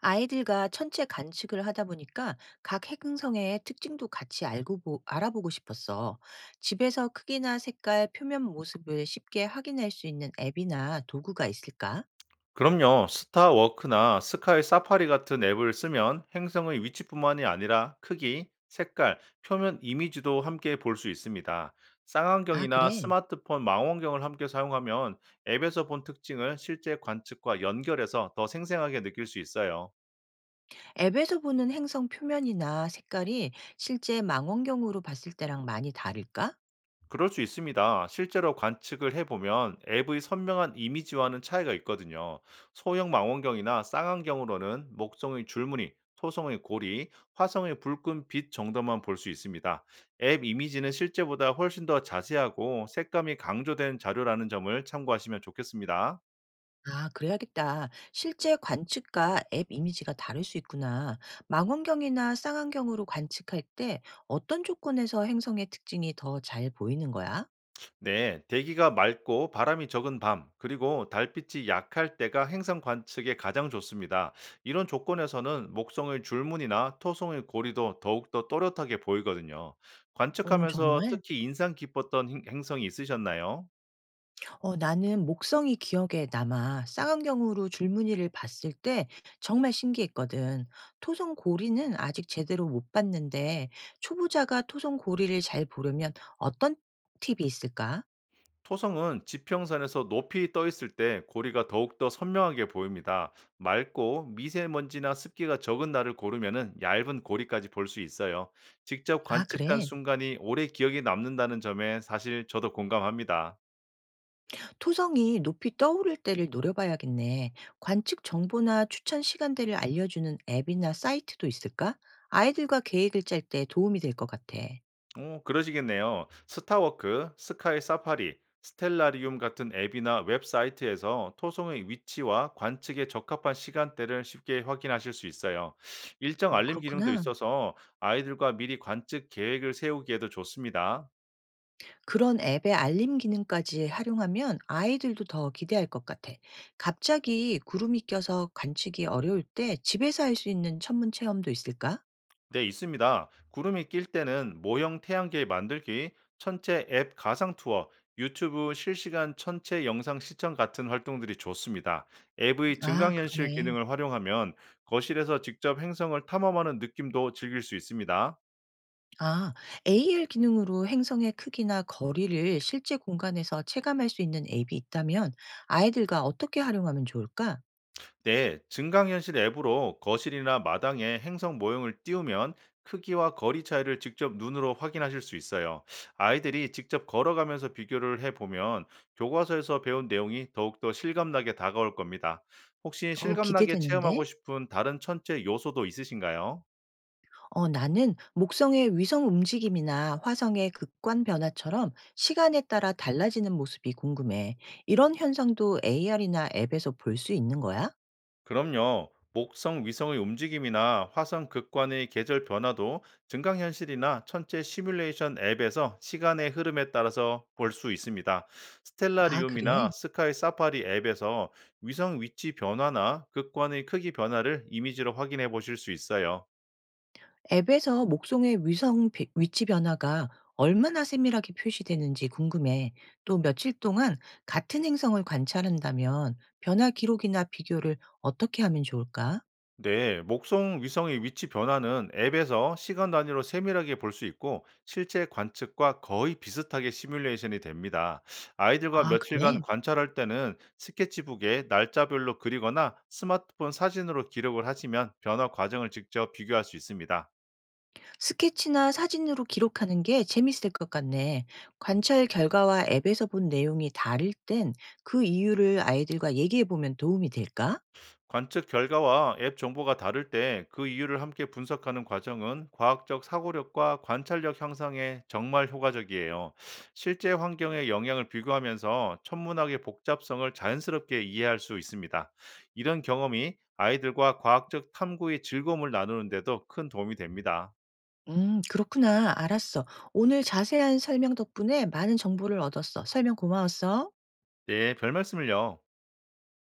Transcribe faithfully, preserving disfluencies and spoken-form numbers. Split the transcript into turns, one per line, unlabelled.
아이들과 천체 관측을 하다 보니까 각 행성의 특징도 같이 알고 보- 알아보고 싶었어. 집에서 크기나 색깔, 표면 모습을 쉽게 확인할 수 있는 앱이나 도구가 있을까?
그럼요. 스타워크나 스카이 사파리 같은 앱을 쓰면 행성의 위치뿐만이 아니라 크기, 색깔, 표면 이미지도 함께 볼 수 있습니다.
아,
쌍안경이나
그래.
스마트폰 망원경을 함께 사용하면 앱에서 본 특징을 실제 관측과 연결해서 더 생생하게 느낄 수 있어요.
앱에서 보는 행성 표면이나 색깔이 실제 망원경으로 봤을 때랑 많이 다를까?
그럴 수 있습니다. 실제로 관측을 해보면 앱의 선명한 이미지와는 차이가 있거든요. 소형 망원경이나 쌍안경으로는 목성의 줄무늬, 토성의 고리, 화성의 붉은 빛 정도만 볼 수 있습니다. 앱 이미지는 실제보다 훨씬 더 자세하고 색감이 강조된 자료라는 점을 참고하시면 좋겠습니다.
아, 그래야겠다. 실제 관측과 앱 이미지가 다를 수 있구나. 망원경이나 쌍안경으로 관측할 때 어떤 조건에서 행성의 특징이 더 잘 보이는 거야?
네, 대기가 맑고 바람이 적은 밤, 그리고 달빛이 약할 때가 행성 관측에 가장 좋습니다. 이런 조건에서는 목성의 줄무늬나 토성의 고리도 더욱더 또렷하게 보이거든요.
어
관측하면서
정말?
특히 인상 깊었던 행- 행성이 있으셨나요?
어 나는 목성이 기억에 남아 쌍안경으로 줄무늬를 봤을 때 정말 신기했거든. 토성 고리는 아직 제대로 못 봤는데 초보자가 토성 고리를 잘 보려면 어떤 팁이 있을까?
토성은 지평선에서 높이 떠 있을 때 고리가 더욱더 선명하게 보입니다. 맑고 미세먼지나 습기가 적은 날을 고르면 얇은 고리까지 볼 수 있어요. 직접
아,
관측한
그래.
순간이 오래 기억에 남는다는 점에 사실 저도 공감합니다.
토성이 높이 떠오를 때를 노려봐야겠네. 관측 정보나 추천 시간대를 알려주는 앱이나 사이트도 있을까? 아이들과 계획을 짤 때 도움이 될 것 같아.
오, 그러시겠네요. 스타워크, 스카이 사파리, 스텔라리움 같은 앱이나 웹사이트에서 토송의 위치와 관측에 적합한 시간대를 쉽게 확인하실 수 있어요. 일정
어,
알림 기능도
그렇구나.
있어서 아이들과 미리 관측 계획을 세우기에도 좋습니다.
그런 앱의 알림 기능까지 활용하면 아이들도 더 기대할 것 같아. 갑자기 구름이 껴서 관측이 어려울 때 집에서 할 수 있는 천문 체험도 있을까?
네, 있습니다. 구름이 낄 때는 모형 태양계 만들기, 천체 앱 가상 투어, 유튜브 실시간 천체 영상 시청 같은 활동들이 좋습니다. 앱의
아,
증강현실
그러네.
기능을 활용하면 거실에서 직접 행성을 탐험하는 느낌도 즐길 수 있습니다.
아, 에이아르 기능으로 행성의 크기나 거리를 실제 공간에서 체감할 수 있는 앱이 있다면 아이들과 어떻게 활용하면 좋을까?
네, 증강현실 앱으로 거실이나 마당에 행성 모형을 띄우면 크기와 거리 차이를 직접 눈으로 확인하실 수 있어요. 아이들이 직접 걸어가면서 비교를 해보면 교과서에서 배운 내용이 더욱더 실감나게 다가올 겁니다. 혹시
어,
실감나게 체험하고
기대되는데?
싶은 다른 천체 요소도 있으신가요?
어, 나는 목성의 위성 움직임이나 화성의 극관 변화처럼 시간에 따라 달라지는 모습이 궁금해. 이런 현상도 에이아르이나 앱에서 볼 수 있는 거야?
그럼요. 목성 위성의 움직임이나 화성 극관의 계절 변화도 증강현실이나 천체 시뮬레이션 앱에서 시간의 흐름에 따라서 볼 수 있습니다.
아, 그래?
스텔라리움이나 스카이 사파리 앱에서 위성 위치 변화나 극관의 크기 변화를 이미지로 확인해 보실 수 있어요.
앱에서 목성의 위성 비- 위치 변화가 얼마나 세밀하게 표시되는지 궁금해. 또 며칠 동안 같은 행성을 관찰한다면 변화 기록이나 비교를 어떻게 하면 좋을까?
네, 목성 위성의 위치 변화는 앱에서 시간 단위로 세밀하게 볼 수 있고 실제 관측과 거의 비슷하게 시뮬레이션이 됩니다. 아이들과
아, 그래?
며칠간 관찰할 때는 스케치북에 날짜별로 그리거나 스마트폰 사진으로 기록을 하시면 변화 과정을 직접 비교할 수 있습니다.
스케치나 사진으로 기록하는 게 재밌을 것 같네. 관찰 결과와 앱에서 본 내용이 다를 땐 그 이유를 아이들과 얘기해 보면 도움이 될까?
관측 결과와 앱 정보가 다를 때 그 이유를 함께 분석하는 과정은 과학적 사고력과 관찰력 향상에 정말 효과적이에요. 실제 환경의 영향을 비교하면서 천문학의 복잡성을 자연스럽게 이해할 수 있습니다. 이런 경험이 아이들과 과학적 탐구의 즐거움을 나누는데도 큰 도움이 됩니다.
음, 그렇구나. 알았어. 오늘 자세한 설명 덕분에 많은 정보를 얻었어. 설명 고마웠어.
네, 별 말씀을요.